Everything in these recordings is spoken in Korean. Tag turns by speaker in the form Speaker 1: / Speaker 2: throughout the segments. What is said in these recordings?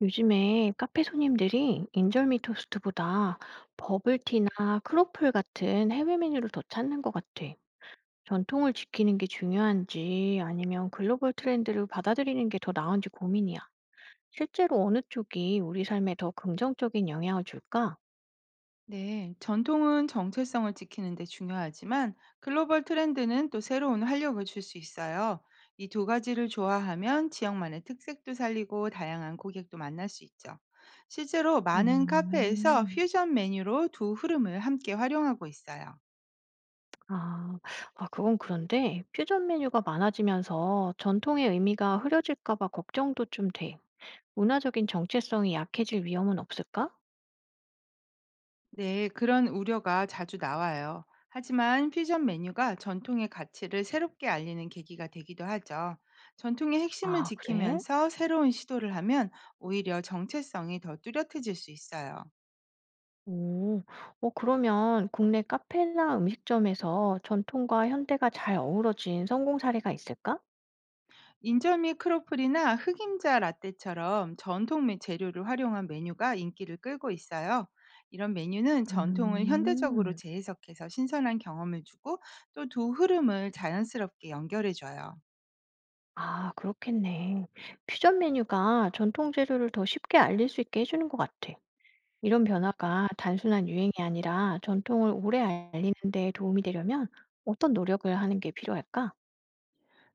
Speaker 1: 요즘에 카페 손님들이 인절미 토스트보다 버블티나 크로플 같은 해외 메뉴를 더 찾는 것 같아. 전통을 지키는 게 중요한지 아니면 글로벌 트렌드를 받아들이는 게 더 나은지 고민이야. 실제로 어느 쪽이 우리 삶에 더 긍정적인 영향을 줄까?
Speaker 2: 네, 전통은 정체성을 지키는 데 중요하지만 글로벌 트렌드는 또 새로운 활력을 줄 수 있어요. 이 두 가지를 조화하면 지역만의 특색도 살리고 다양한 고객도 만날 수 있죠. 실제로 많은 카페에서
Speaker 1: 음,
Speaker 2: 퓨전 메뉴로 두 흐름을 함께 활용하고 있어요.
Speaker 1: 아, 아, 그건 그런데 퓨전 메뉴가 많아지면서 전통의 의미가 흐려질까 봐 걱정도 좀 돼. 문화적인 정체성이 약해질 위험은 없을까?
Speaker 2: 네, 그런 우려가 자주 나와요. 하지만 퓨전 메뉴가 전통의 가치를 새롭게 알리는 계기가 되기도 하죠. 전통의 핵심을
Speaker 1: 아, 그래?
Speaker 2: 지키면서 새로운 시도를 하면 오히려 정체성이 더 뚜렷해질 수 있어요.
Speaker 1: 오. 어 그러면 국내 카페나 음식점에서 전통과 현대가 잘 어우러진 성공 사례가 있을까?
Speaker 2: 인절미 크로플이나 흑임자 라떼처럼 재료를 활용한 메뉴가 인기를 끌고 있어요. 이런 메뉴는 전통을 현대적으로
Speaker 1: 음.
Speaker 2: 재해석해서 신선한 경험을 주고 또 두 흐름을 자연스럽게 연결해줘요.
Speaker 1: 아 그렇겠네. 퓨전 메뉴가 전통 재료를 더 쉽게 알릴 수 있게 해 주는 것 같아. 이런 변화가 단순한 유행이 아니라 전통을 오래 알리는 데 도움이 되려면 어떤 노력을 하는 게 필요할까?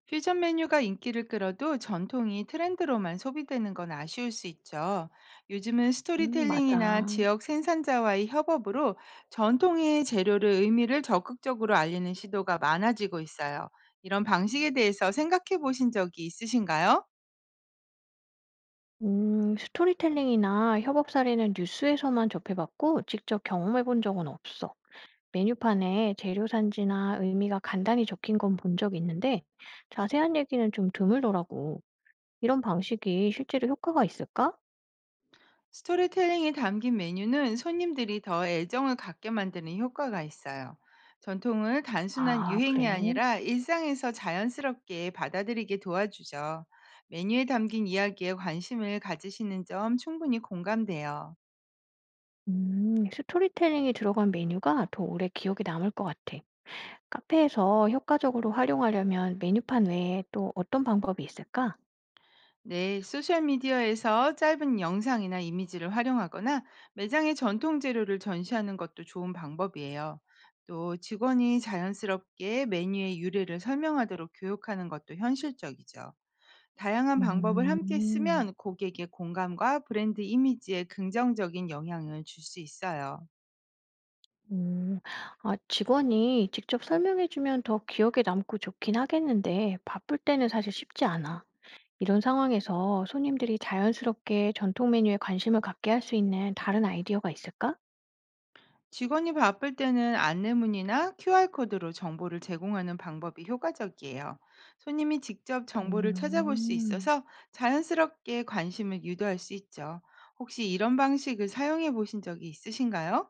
Speaker 2: 퓨전 메뉴가 인기를 끌어도 전통이 트렌드로만 소비되는 건 아쉬울 수 있죠. 요즘은 스토리텔링이나
Speaker 1: 맞아.
Speaker 2: 지역 생산자와의 협업으로 전통의 재료를 의미를 적극적으로 알리는 시도가 많아지고 있어요. 이런 방식에 대해서 생각해 보신 적이 있으신가요?
Speaker 1: 스토리텔링이나 협업 사례는 뉴스에서만 접해 봤고 직접 경험해 본 적은 없어. 메뉴판에 재료 산지나 의미가 간단히 적힌 건 본 적이 있는데 자세한 얘기는 좀 드물더라고. 이런 방식이 실제로 효과가 있을까?
Speaker 2: 스토리텔링이 담긴 메뉴는 손님들이 더 애정을 갖게 만드는 효과가 있어요. 전통을 단순한
Speaker 1: 아,
Speaker 2: 유행이
Speaker 1: 그래.
Speaker 2: 아니라 일상에서 자연스럽게 받아들이게 도와주죠. 메뉴에 담긴 이야기에 관심을 가지시는 점 충분히 공감돼요.
Speaker 1: 스토리텔링이 들어간 메뉴가 더 오래 기억에 남을 것 같아. 카페에서 효과적으로 활용하려면 메뉴판 외에 또 어떤 방법이 있을까?
Speaker 2: 네, 소셜미디어에서 짧은 영상이나 이미지를 활용하거나 매장의 전통 재료를 전시하는 것도 좋은 방법이에요. 또 직원이 자연스럽게 메뉴의 유래를 설명하도록 교육하는 것도 현실적이죠. 다양한 방법을 함께
Speaker 1: 음,
Speaker 2: 쓰면 고객의 공감과 브랜드 이미지에 긍정적인 영향을 줄 수 있어요.
Speaker 1: 음. 직원이 직접 설명해주면 더 기억에 남고 좋긴 하겠는데 바쁠 때는 사실 쉽지 않아. 이런 상황에서 손님들이 자연스럽게 전통 메뉴에 관심을 갖게 할 수 있는 다른 아이디어가 있을까?
Speaker 2: 직원이 바쁠 때는 안내문이나 QR코드로 정보를 제공하는 방법이 효과적이에요. 손님이 직접 정보를 찾아볼 수
Speaker 1: 음,
Speaker 2: 있어서 자연스럽게 관심을 유도할 수 있죠. 혹시 이런 방식을 사용해 보신 적이 있으신가요?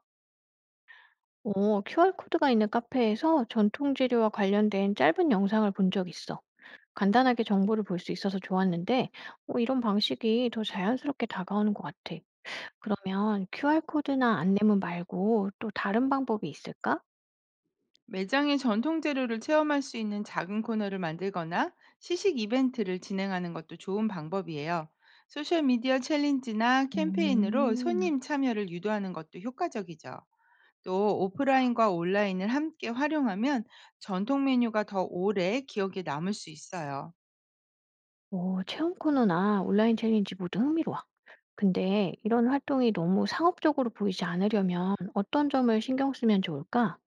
Speaker 1: QR코드가 있는 카페에서 전통 재료와 관련된 짧은 영상을 본 적 있어. 간단하게 정보를 볼 수 있어서 좋았는데, 이런 방식이 더 자연스럽게 다가오는 것 같아. 그러면 QR코드나 안내문 말고 또 다른 방법이 있을까?
Speaker 2: 매장의 전통 재료를 체험할 수 있는 작은 코너를 만들거나 시식 이벤트를 진행하는 것도 좋은 방법이에요. 소셜미디어 챌린지나 캠페인으로
Speaker 1: 음.
Speaker 2: 손님 참여를 유도하는 것도 효과적이죠. 또 오프라인과 온라인을 함께 활용하면 전통 메뉴가 더 오래 기억에 남을 수 있어요.
Speaker 1: 오, 체험 코너나 온라인 챌린지 모두 흥미로워. 근데 이런 활동이 너무 상업적으로 보이지 않으려면 어떤 점을 신경 쓰면 좋을까?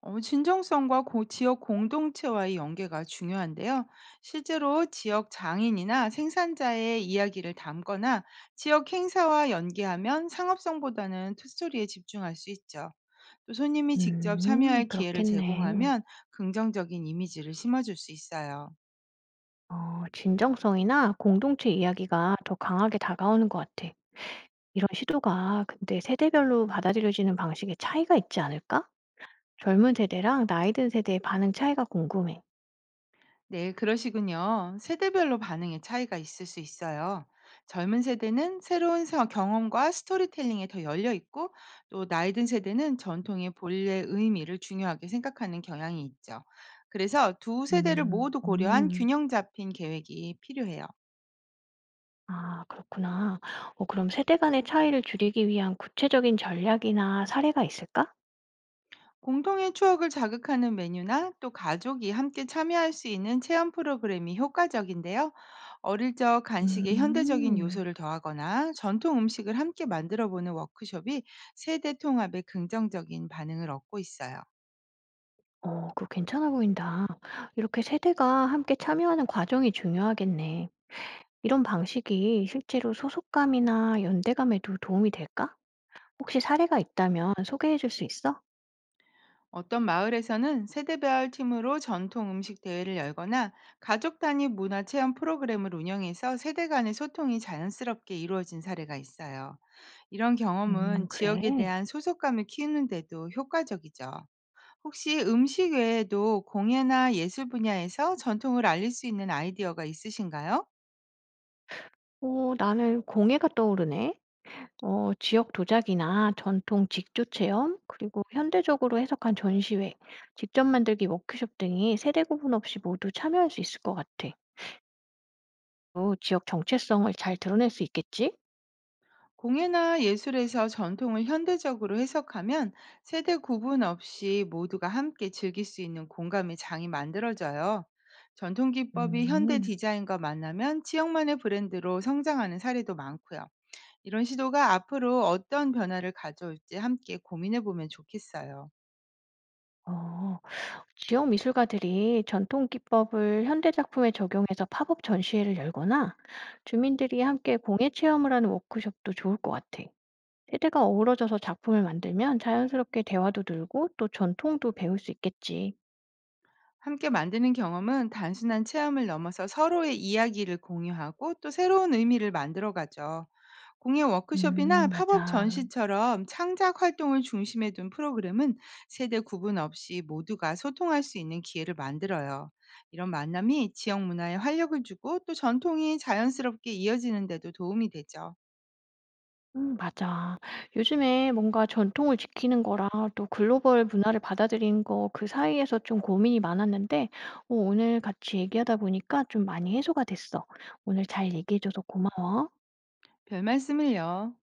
Speaker 2: 진정성과 지역 공동체와의 연계가 중요한데요. 실제로 지역 장인이나 생산자의 이야기를 담거나 지역 행사와 연계하면 상업성보다는 투스토리에 집중할 수 있죠. 또 손님이 직접 참여할 기회를
Speaker 1: 그렇겠네.
Speaker 2: 제공하면 긍정적인 이미지를 심어줄 수 있어요.
Speaker 1: 진정성이나 공동체 이야기가 더 강하게 다가오는 것 같아. 이런 시도가 근데 세대별로 받아들여지는 방식에 차이가 있지 않을까? 젊은 세대랑 나이 든 세대의 반응 차이가 궁금해.
Speaker 2: 네, 그러시군요. 세대별로 반응의 차이가 있을 수 있어요. 젊은 세대는 새로운 경험과 스토리텔링에 더 열려 있고, 또 나이 든 세대는 전통의 본래 의미를 중요하게 생각하는 경향이 있죠. 그래서 두 세대를
Speaker 1: 음,
Speaker 2: 모두 고려한
Speaker 1: 음.
Speaker 2: 균형 잡힌 계획이 필요해요.
Speaker 1: 아, 그렇구나. 그럼 세대 간의 차이를 줄이기 위한 구체적인 전략이나 사례가 있을까?
Speaker 2: 공통의 추억을 자극하는 메뉴나 또 가족이 함께 참여할 수 있는 체험 프로그램이 효과적인데요. 어릴 적 간식에 현대적인
Speaker 1: 음,
Speaker 2: 요소를 더하거나 전통 음식을 함께 만들어 보는 워크숍이 세대 통합에 긍정적인 반응을 얻고 있어요.
Speaker 1: 그거 괜찮아 보인다. 이렇게 세대가 함께 참여하는 과정이 중요하겠네. 이런 방식이 실제로 소속감이나 연대감에도 도움이 될까? 혹시 사례가 있다면 소개해 줄 수 있어?
Speaker 2: 어떤 마을에서는 세대별 팀으로 전통 음식 대회를 열거나 가족 단위 문화 체험 프로그램을 운영해서 세대 간의 소통이 자연스럽게 이루어진 사례가 있어요. 이런 경험은
Speaker 1: 그래.
Speaker 2: 지역에 대한 소속감을 키우는데도 효과적이죠. 혹시 음식 외에도 공예나 예술 분야에서 전통을 알릴 수 있는 아이디어가 있으신가요?
Speaker 1: 나는 공예가 떠오르네. 지역 도자기나 전통 직조 체험, 그리고 현대적으로 해석한 전시회, 직접 만들기 워크숍 등이 세대 구분 없이 모두 참여할 수 있을 것 같아. 또 지역 정체성을 잘 드러낼 수 있겠지?
Speaker 2: 공예나 예술에서 전통을 현대적으로 해석하면 세대 구분 없이 모두가 함께 즐길 수 있는 공감의 장이 만들어져요. 전통 기법이 현대
Speaker 1: 음,
Speaker 2: 디자인과 만나면 지역만의 브랜드로 성장하는 사례도 많고요. 이런 시도가 앞으로 어떤 변화를 가져올지 함께 고민해 보면 좋겠어요.
Speaker 1: 어, 지역 미술가들이 전통 기법을 현대 작품에 적용해서 팝업 전시회를 열거나 주민들이 함께 공예 체험을 하는 워크숍도 좋을 것 같아. 세대가 어우러져서 작품을 만들면 자연스럽게 대화도 늘고 또 전통도 배울 수 있겠지.
Speaker 2: 함께 만드는 경험은 단순한 체험을 넘어서 서로의 이야기를 공유하고 또 새로운 의미를 만들어 가죠. 공예 워크숍이나 팝업
Speaker 1: 맞아.
Speaker 2: 전시처럼 창작 활동을 중심에 둔 프로그램은 세대 구분 없이 모두가 소통할 수 있는 기회를 만들어요. 이런 만남이 지역 문화에 활력을 주고 또 전통이 자연스럽게 이어지는 데도 도움이 되죠.
Speaker 1: 맞아. 요즘에 뭔가 전통을 지키는 거랑 또 글로벌 문화를 받아들이는 거 그 사이에서 좀 고민이 많았는데 어 오늘 같이 얘기하다 보니까 좀 많이 해소가 됐어. 오늘 잘 얘기해 줘서 고마워.
Speaker 2: 별 말씀을요.